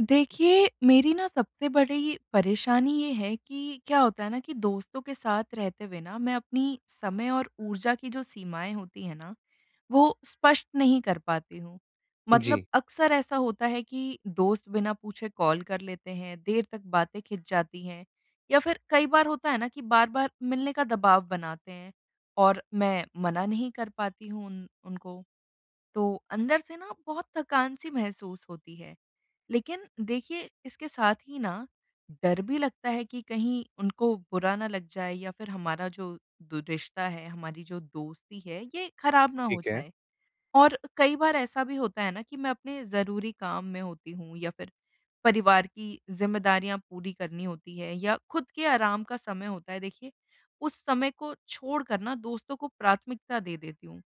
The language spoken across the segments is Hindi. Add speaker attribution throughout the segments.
Speaker 1: देखिए, मेरी ना सबसे बड़ी परेशानी ये है कि क्या होता है ना कि दोस्तों के साथ रहते हुए ना मैं अपनी समय और ऊर्जा की जो सीमाएँ होती हैं ना, वो स्पष्ट नहीं कर पाती हूँ। मतलब
Speaker 2: जी,
Speaker 1: अक्सर ऐसा होता है कि दोस्त बिना पूछे कॉल कर लेते हैं, देर तक बातें खिंच जाती हैं या फिर कई बार होता है ना कि बार-बार मिलने का दबाव बनाते हैं और मैं मना नहीं कर पाती हूँ उन उनको। तो अंदर से ना बहुत थकान सी महसूस होती है। लेकिन देखिए इसके साथ ही ना डर भी लगता है कि कहीं उनको बुरा ना लग जाए या फिर हमारा जो दु रिश्ता है, हमारी जो दोस्ती है, ये खराब ना हो
Speaker 2: ठीक है।
Speaker 1: जाए। और कई बार ऐसा भी होता है ना कि मैं अपने ज़रूरी काम में होती हूँ या फिर परिवार की ज़िम्मेदारियाँ पूरी करनी होती है या खुद के आराम का समय होता है, देखिए, उस समय को छोड़कर ना दोस्तों को प्राथमिकता दे देती हूँ।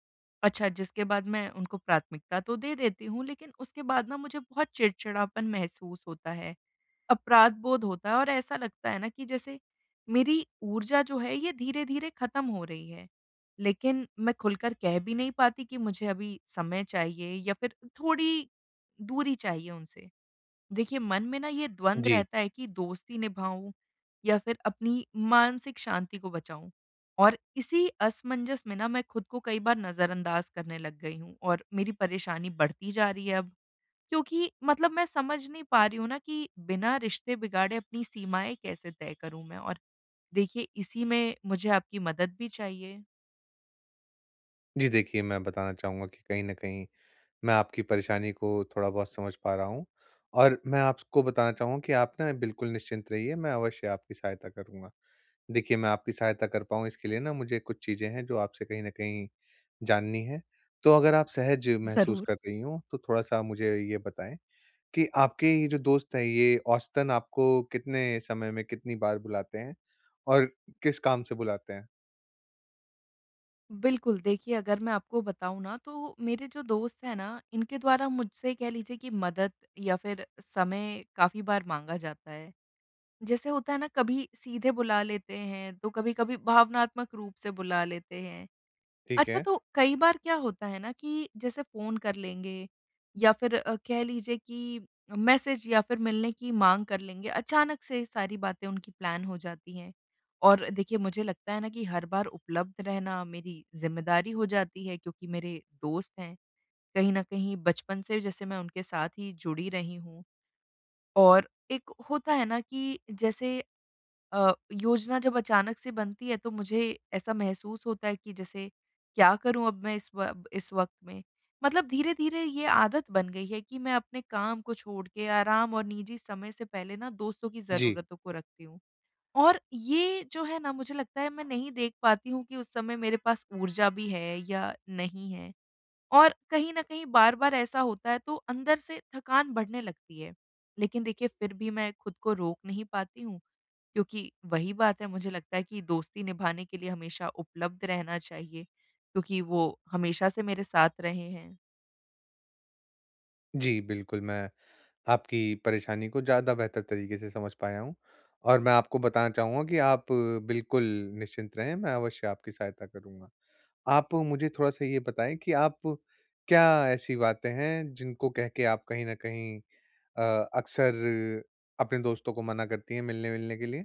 Speaker 1: अच्छा, जिसके बाद मैं उनको प्राथमिकता तो दे देती हूँ, लेकिन उसके बाद ना मुझे बहुत चिड़चिड़ापन महसूस होता है, अपराध बोध होता है और ऐसा लगता है ना कि जैसे मेरी ऊर्जा जो है, ये धीरे-धीरे ख़त्म हो रही है। लेकिन मैं खुलकर कह भी नहीं पाती कि मुझे अभी समय चाहिए या फिर थोड़ी दूरी चाहिए उनसे। देखिए, मन में ना ये द्वंद
Speaker 2: जी।
Speaker 1: रहता है कि दोस्ती निभाऊँ या फिर अपनी मानसिक शांति को बचाऊँ। और इसी असमंजस में ना मैं खुद को कई बार नज़रअंदाज करने लग गई हूँ और मेरी परेशानी बढ़ती जा रही है अब। क्योंकि मतलब मैं समझ नहीं पा रही हूँ ना कि बिना रिश्ते बिगाड़े अपनी सीमाएँ कैसे तय करूँ मैं? और देखिए, इसी में मुझे आपकी मदद भी चाहिए।
Speaker 2: जी, देखिए मैं बताना चाहूँगा कि कहीं न कहीं मैं आपकी परेशानी को थोड़ा-बहुत समझ पा रहा हूँ, और मैं आपको बताना चाहूँगा कि आप ना बिल्कुल निश्चिंत रहिए, मैं अवश्य आपकी सहायता करूँगा। देखिए, मैं आपकी सहायता कर पाऊँ इसके लिए ना मुझे कुछ चीज़ें हैं जो आपसे कहीं न कहीं जाननी है। तो अगर आप सहज महसूस
Speaker 1: ज़रूर।
Speaker 2: कर रही हों, तो थोड़ा-सा मुझे ये बताएँ कि आपके ये जो दोस्त हैं, ये औसतन आपको कितने समय में कितनी बार बुलाते हैं और किस काम से बुलाते हैं?
Speaker 1: बिल्कुल, देखिए, अगर मैं आपको बताऊँ ना, तो मेरे जो दोस्त हैं ना, इनके द्वारा मुझसे कह लीजिए कि मदद या फिर समय काफ़ी बार माँगा जाता है। जैसे होता है ना, कभी सीधे बुला लेते हैं, तो कभी-कभी भावनात्मक रूप से बुला लेते हैं।
Speaker 2: ठीक
Speaker 1: अच्छा,
Speaker 2: है।
Speaker 1: तो कई बार क्या होता है ना कि जैसे फ़ोन कर लेंगे या फिर कह लीजिए कि मैसेज या फिर मिलने की माँग कर लेंगे, अचानक से सारी बातें उनकी प्लान हो जाती हैं। और देखिए, मुझे लगता है ना कि हर बार उपलब्ध रहना मेरी ज़िम्मेदारी हो जाती है, क्योंकि मेरे दोस्त हैं। कहीं न कहीं बचपन से जैसे मैं उनके साथ ही जुड़ी रही हूँ और एक होता है ना कि जैसे अ, योजना जब अचानक से बनती है, तो मुझे ऐसा महसूस होता है कि जैसे क्या करूं अब मैं इस इस वक्त में। मतलब धीरे-धीरे ये आदत बन गई है कि मैं अपने काम को छोड़ के आराम और निजी समय से पहले ना दोस्तों की
Speaker 2: जी।
Speaker 1: ज़रूरतों को रखती हूँ। और ये जो है ना, मुझे लगता है मैं नहीं देख पाती हूँ कि उस समय मेरे पास ऊर्जा भी है या नहीं है। और कहीं न कहीं बार-बार ऐसा होता है, तो अंदर से थकान बढ़ने लगती है। लेकिन देखिए, फिर भी मैं खुद को रोक नहीं पाती हूँ। क्योंकि वही बात है, मुझे लगता है कि दोस्ती निभाने के लिए हमेशा उपलब्ध रहना चाहिए, क्योंकि वो हमेशा से मेरे साथ रहे हैं।
Speaker 2: जी, बिल्कुल, मैं आपकी परेशानी को ज़्यादा बेहतर तरीके से समझ पाया हूँ, और मैं आपको बताना चाहूँगा कि आप बिल्कुल निश्चिंत रहें, मैं अवश्य आपकी सहायता करूँगा। आप मुझे थोड़ा-सा ये बताएँ कि आप क्या ऐसी बातें हैं, जिनको कह के आप कहीं न कहीं अ, अक्सर अपने दोस्तों को मना करती हैं मिलने-विलने के लिए?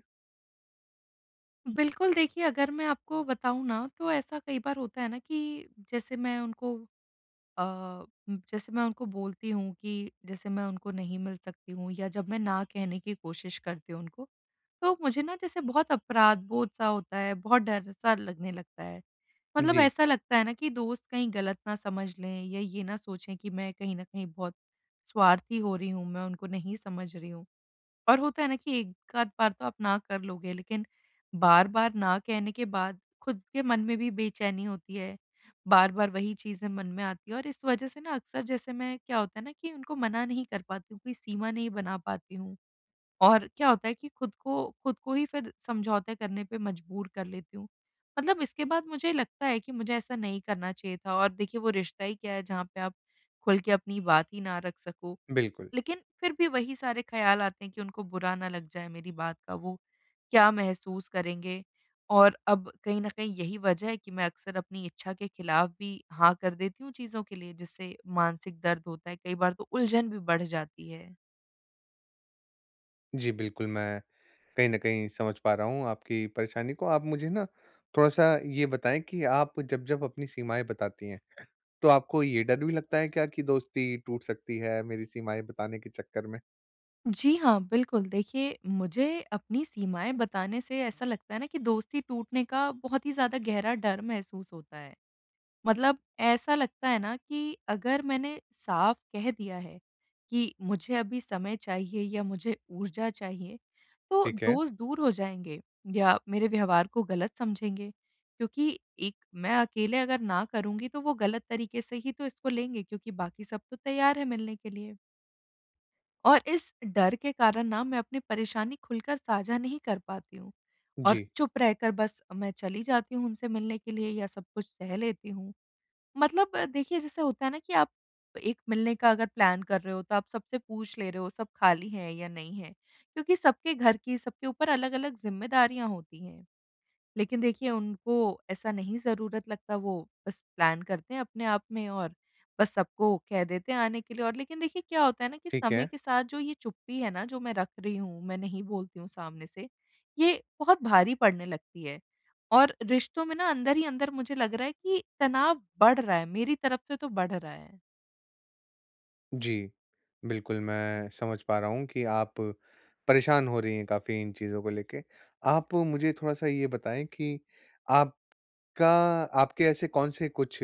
Speaker 1: बिल्कुल, देखिए, अगर मैं आपको बताऊँ ना, तो ऐसा कई बार होता है ना कि जैसे मैं उनको अ, जैसे मैं उनको बोलती हूँ कि जैसे मैं उनको नहीं मिल सकती हूँ, या जब मैं ना कहने की कोशिश करती हूँ उनको, तो मुझे ना जैसे बहुत अपराध-बोध सा होता है, बहुत डर-सा लगने लगता है। मतलब
Speaker 2: जी,
Speaker 1: ऐसा लगता है ना कि दोस्त कहीं गलत ना समझ लें या ये ना सोचें कि मैं कहीं न कहीं बहुत स्वार्थी हो रही हूँ, मैं उनको नहीं समझ रही हूँ। और होता है ना कि एक आध बार तो आप ना कर लोगे, लेकिन बार-बार ना कहने के बाद खुद के मन में भी बेचैनी होती है, बार-बार वही चीज़ें मन में आती हैं और इस वजह से ना अक्सर जैसे मैं, क्या होता है ना कि उनको मना नहीं कर पाती हूँ, कोई सीमा नहीं बना पाती हूँ। और क्या होता है कि खुद को ही फिर समझौते करने पे मजबूर कर लेती हूँ। मतलब इसके बाद मुझे लगता है कि मुझे ऐसा नहीं करना चाहिए था और देखिए, वो रिश्ता ही क्या है जहाँ पे आप खुल के अपनी बात ही ना रख सको।
Speaker 2: बिल्कुल।
Speaker 1: लेकिन फिर भी वही सारे ख़्याल आते हैं कि उनको बुरा ना लग जाए मेरी बात का, वो क्या महसूस करेंगे? और अब कहीं न कहीं यही वजह है कि मैं अक्सर अपनी इच्छा के खिलाफ भी हाँ कर देती हूँ चीज़ों के लिए, जिससे मानसिक दर्द होता है, कई बार तो उलझन भी बढ़ जाती है।
Speaker 2: जी, बिल्कुल, मैं कहीं न कहीं समझ पा रहा हूँ आपकी परेशानी को। आप मुझे ना थोड़ा-सा ये बताएँ कि आप जब-जब अपनी सीमाएँ बताती हैं, तो आपको ये डर भी लगता है क्या कि दोस्ती टूट सकती है मेरी सीमाएँ बताने के चक्कर में?
Speaker 1: जी हाँ, बिल्कुल। देखिए, मुझे अपनी सीमाएँ बताने से ऐसा लगता है ना कि दोस्ती टूटने का बहुत ही ज़्यादा गहरा डर महसूस होता है। मतलब ऐसा लगता है ना कि अगर मैंने साफ कह दिया है कि मुझे अभी समय चाहिए या मुझे ऊर्जा चाहिए, तो
Speaker 2: ठीक है।
Speaker 1: दोस्त दूर हो जाएँगे या मेरे व्यवहार को गलत समझेंगे। क्योंकि एक मैं अकेले अगर ना करूँगी, तो वो गलत तरीके से ही तो इसको लेंगे, क्योंकि बाकी सब तो तैयार है मिलने के लिए। और इस डर के कारण ना मैं अपनी परेशानी खुलकर साझा नहीं कर पाती हूँ और
Speaker 2: जी,
Speaker 1: चुप रहकर बस मैं चली जाती हूँ उनसे मिलने के लिए या सब कुछ सह लेती हूँ। मतलब देखिए, जैसे होता है ना कि आप एक मिलने का अगर प्लान कर रहे हो, तो आप सबसे पूछ ले रहे हो सब खाली हैं या नहीं हैं, क्योंकि सबके घर की, सबके ऊपर अलग-अलग ज़िम्मेदारियाँ होती हैं। लेकिन देखिए उनको ऐसा नहीं ज़रूरत लगता, वो बस प्लान करते हैं अपने आप में और बस सबको कह देते हैं आने के लिए। और लेकिन देखिए, क्या होता है ना कि
Speaker 2: ठीक
Speaker 1: समय
Speaker 2: है।
Speaker 1: के साथ जो ये चुप्पी है ना, जो मैं रख रही हूँ, मैं नहीं बोलती हूँ सामने से, ये बहुत भारी पड़ने लगती है। और रिश्तों में ना अंदर ही अंदर मुझे लग रहा है कि तनाव बढ़ रहा है, मेरी तरफ से तो बढ़ रहा है।
Speaker 2: जी, बिल्कुल मैं समझ पा रहा हूँ कि आप परेशान हो रही हैं काफ़ी इन चीज़ों को लेके। आप मुझे थोड़ा-सा ये बताएँ कि आपका आपके ऐसे कौन-से कुछ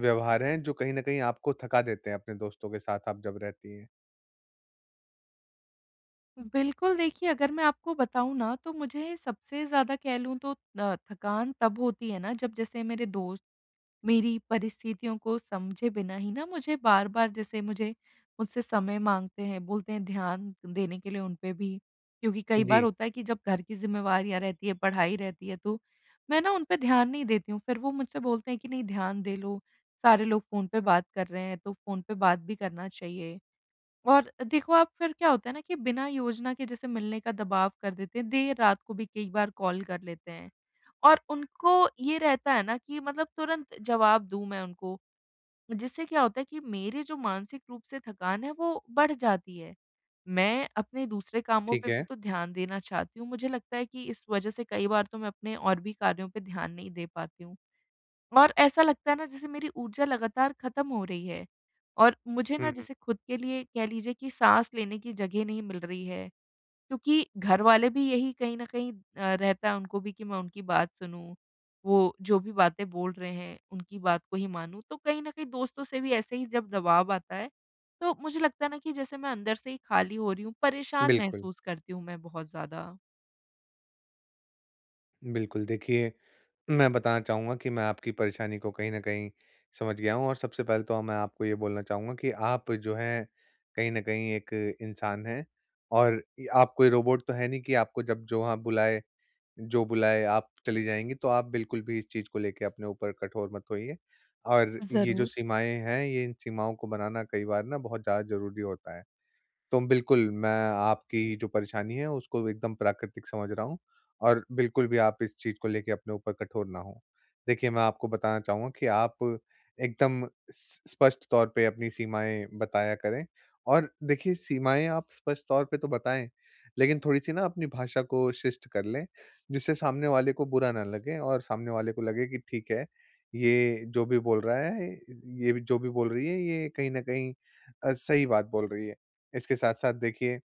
Speaker 2: व्यवहार हैं जो कहीं न कहीं आपको थका देते हैं अपने दोस्तों के साथ आप जब रहती हैं?
Speaker 1: बिल्कुल, देखिए, अगर मैं आपको बताऊँ ना, तो मुझे सबसे ज़्यादा कह लूँ, तो थकान तब होती है ना जब जैसे मेरे दोस्त मेरी परिस्थितियों को समझे बिना ही ना मुझे बार-बार, जैसे मुझे, मुझसे समय माँगते हैं, बोलते हैं ध्यान देने के लिए उन पे भी। क्योंकि कई
Speaker 2: जी,
Speaker 1: बार होता है कि जब घर की ज़िम्मेवारियाँ रहती है, पढ़ाई रहती है, तो मैं ना उन पे ध्यान नहीं देती हूँ। फिर वो मुझसे बोलते हैं कि नहीं, ध्यान दे लो, सारे लोग फ़ोन पे बात कर रहे हैं, तो फ़ोन पे बात भी करना चाहिए। और देखो आप, फिर क्या होता है ना कि बिना योजना के जैसे मिलने का दबाव कर देते हैं, देर रात को भी कई बार कॉल कर लेते हैं। और उनको ये रहता है ना कि मतलब तुरंत जवाब दूँ मैं उनको, जिससे क्या होता है कि मेरी जो मानसिक रूप से थकान है, वो बढ़ जाती है। मैं अपने दूसरे कामों
Speaker 2: ठीक
Speaker 1: पे भी
Speaker 2: है।
Speaker 1: तो ध्यान देना चाहती हूँ, मुझे लगता है कि इस वज़ह से कई बार तो मैं अपने और भी कार्यों पे ध्यान नहीं दे पाती हूँ और ऐसा लगता है ना, जैसे मेरी ऊर्जा लगातार ख़त्म हो रही है और मुझे
Speaker 2: हुँ,
Speaker 1: ना
Speaker 2: हुँ।
Speaker 1: जैसे खुद के लिए कह लीजिए कि साँस लेने की जगह नहीं मिल रही है। क्योंकि घरवाले भी यही, कहीं न कहीं रहता है उनको भी कि मैं उनकी बात सुनूँ, वो जो भी बातें बोल रहे हैं, उनकी बात को ही मानूँ। तो कहीं न कहीं दोस्तों से भी ऐसे ही जब दबाव आता है, तो मुझे लगता है ना कि जैसे मैं अंदर से ही खाली हो रही हूँ, परेशान
Speaker 2: बिल्कुल,
Speaker 1: महसूस करती हूँ मैं बहुत ज़्यादा।
Speaker 2: बिल्कुल देखिए, मैं बताना चाहूँगा कि मैं आपकी परेशानी को कहीं न कहीं समझ गया हूँ, और सबसे पहले तो मैं आपको ये बोलना चाहूँगा कि आप जो हैं, कहीं न कहीं एक इंसान हैं, और इ आप कोई रोबोट तो है नहीं कि आपको जब जहाँ बुलाए, जो बुलाए आप चली जाएँगी। तो आप बिल्कुल भी इस चीज़ को लेके अपने ऊपर कठोर मत होइए, और ये जो
Speaker 1: ज़रूर,
Speaker 2: सीमाएँ हैं, ये इन सीमाओं को बनाना कई बार ना बहुत ज़्यादा ज़रूरी होता है। तो बिल्कुल, मैं आपकी जो परेशानी है उसको एकदम प्राकृतिक समझ रहा हूँ, और बिल्कुल भी आप इस चीज़ को लेके अपने ऊपर कठोर ना हों। देखिए, मैं आपको बताना चाहूँगा कि आप एकदम स स्पष्ट तौर पे अपनी सीमाएँ बताया करें, और देखिए सीमाएँ आप स्पष्ट तौर पे तो बताएँ, लेकिन थोड़ी-सी ना अपनी भाषा को शिष्ट कर लें, जिससे सामने वाले को बुरा ना लगे और सामने वाले को लगे कि ठीक है, ये जो भी बोल रहा है, जो भी बोल रही है, ये कहीं न कहीं सही बात बोल रही है। इसके साथ-साथ देखिए,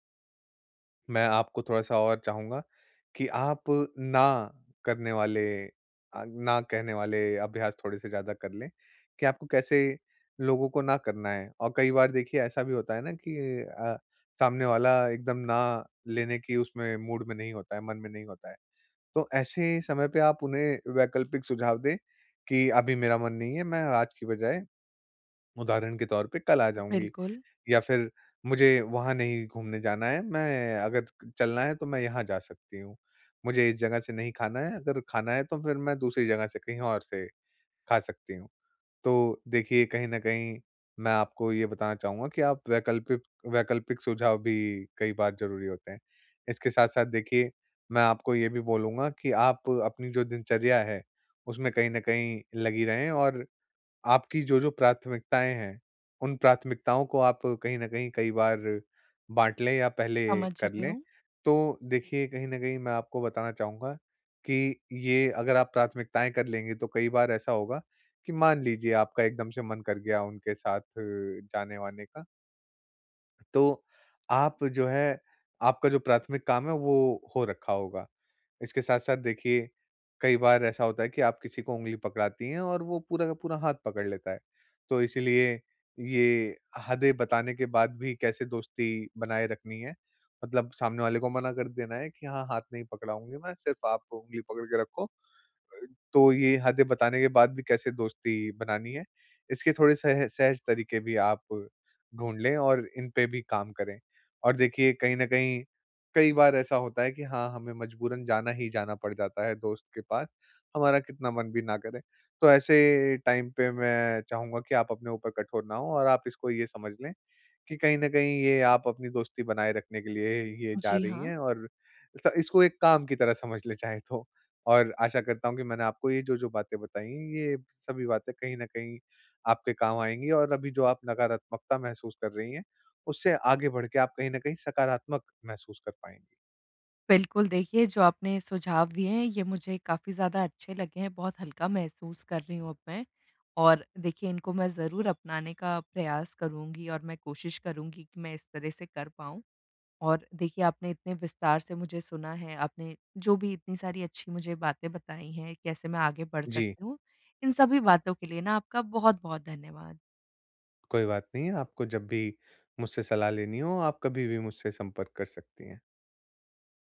Speaker 2: मैं आपको थोड़ा-सा और चाहूँगा कि आप ना करने वाले ना कहने वाले अभ्यास थोड़े-से ज़्यादा कर लें कि आपको कैसे लोगों को ना करना है। और कई बार देखिए ऐसा भी होता है ना कि अ, सामने वाला एकदम ना लेने की उसमें मूड में नहीं होता है, मन में नहीं होता है। तो ऐसे समय पे आप उन्हें वैकल्पिक सुझाव दें कि अभी मेरा मन नहीं है, मैं आज की बजाय उदाहरण के तौर पे कल आ जाऊँगी।
Speaker 1: बिल्कुल,
Speaker 2: या फिर मुझे वहाँ नहीं घूमने जाना है, मैं अगर चलना है तो मैं यहाँ जा सकती हूँ। मुझे इस जगह से नहीं खाना है, अगर खाना है तो फिर मैं दूसरी जगह से कहीं और से खा सकती हूँ। तो देखिए कहीं न कहीं मैं आपको ये बताना चाहूँगा कि आप वैकल्पिक वैकल्पिक सुझाव भी कई बार ज़रूरी होते हैं। इसके साथ-साथ देखिए, मैं आपको ये भी बोलूँगा कि आप अपनी जो दिनचर्या है, उसमें कहीं न कहीं लगी रहें, और आपकी जो-जो प्राथमिकताएँ हैं, उन प्राथमिकताओं को आप कहीं न कहीं कई बार बाँट लें या पहले
Speaker 1: समझ
Speaker 2: कर
Speaker 1: रही
Speaker 2: लें।
Speaker 1: हूँ।
Speaker 2: तो देखिए, कहीं न कहीं मैं आपको बताना चाहूँगा कि ये अगर आप प्राथमिकताएँ कर लेंगे, तो कई बार ऐसा होगा कि मान लीजिए आपका एकदम से मन कर गया उनके साथ जाने-वाने का। तो आप जो है आपका जो प्राथमिक काम है वो हो रखा होगा। इसके साथ-साथ देखिए, कई बार ऐसा होता है कि आप किसी को उँगली पकड़ाती हैं और वो पूरा का पूरा हाथ पकड़ लेता है। तो इसीलिए ये हदें बताने के बाद भी कैसे दोस्ती बनाए रखनी है, मतलब सामने वाले को मना कर देना है कि हाँ, हाथ नहीं पकड़ाऊँगी मैं, सिर्फ़ आप उँगली पकड़ के रखो। तो ये हदें बताने के बाद भी कैसे दोस्ती बनानी है, इसके थोड़े सह सहज तरीके भी आप ढूँढ लें और इन पे भी काम करें। और देखिए कहीं न कहीं, कई बार ऐसा होता है कि हाँ, हमें मजबूरन जाना ही जाना पड़ जाता है दोस्त के पास, हमारा कितना मन भी ना करे। तो ऐसे टाइम पे मैं चाहूँगा कि आप अपने ऊपर कठोर ना हों और आप इसको ये समझ लें कि कहीं न कहीं ये आप अपनी दोस्ती बनाए रखने के लिए ये जा
Speaker 1: जी
Speaker 2: रही
Speaker 1: हाँ।
Speaker 2: हैं, और स इसको एक काम की तरह समझ लें चाहें तो। और आशा करता हूँ कि मैंने आपको ये जो-जो बातें बताई हैं, ये सभी बातें कहीं न कहीं आपके काम आएँगी, और अभी जो आप नकारात्मकता महसूस कर रही हैं, उससे आगे बढ़ के आप कहीं न कहीं सकारात्मक महसूस कर पाएँगी।
Speaker 1: बिल्कुल, देखिए, जो आपने सुझाव दिए हैं ये मुझे काफ़ी ज़्यादा अच्छे लगे हैं, बहुत हल्का महसूस कर रही हूँ अब मैं। और देखिए, इनको मैं ज़रूर अपनाने का प्रयास करूँगी और मैं कोशिश करूँगी कि मैं इस तरह से कर पाऊँ। और देखिए, आपने इतने विस्तार से मुझे सुना है, आपने जो भी इतनी सारी अच्छी मुझे बातें बताई हैं, कैसे मैं आगे बढ़
Speaker 2: जी,
Speaker 1: सकती हूँ, इन सभी बातों के लिए ना आपका बहुत-बहुत धन्यवाद।
Speaker 2: कोई बात नहीं। आपको जब भी मुझसे सलाह लेनी हो, आप कभी भी मुझसे संपर्क कर सकती हैं।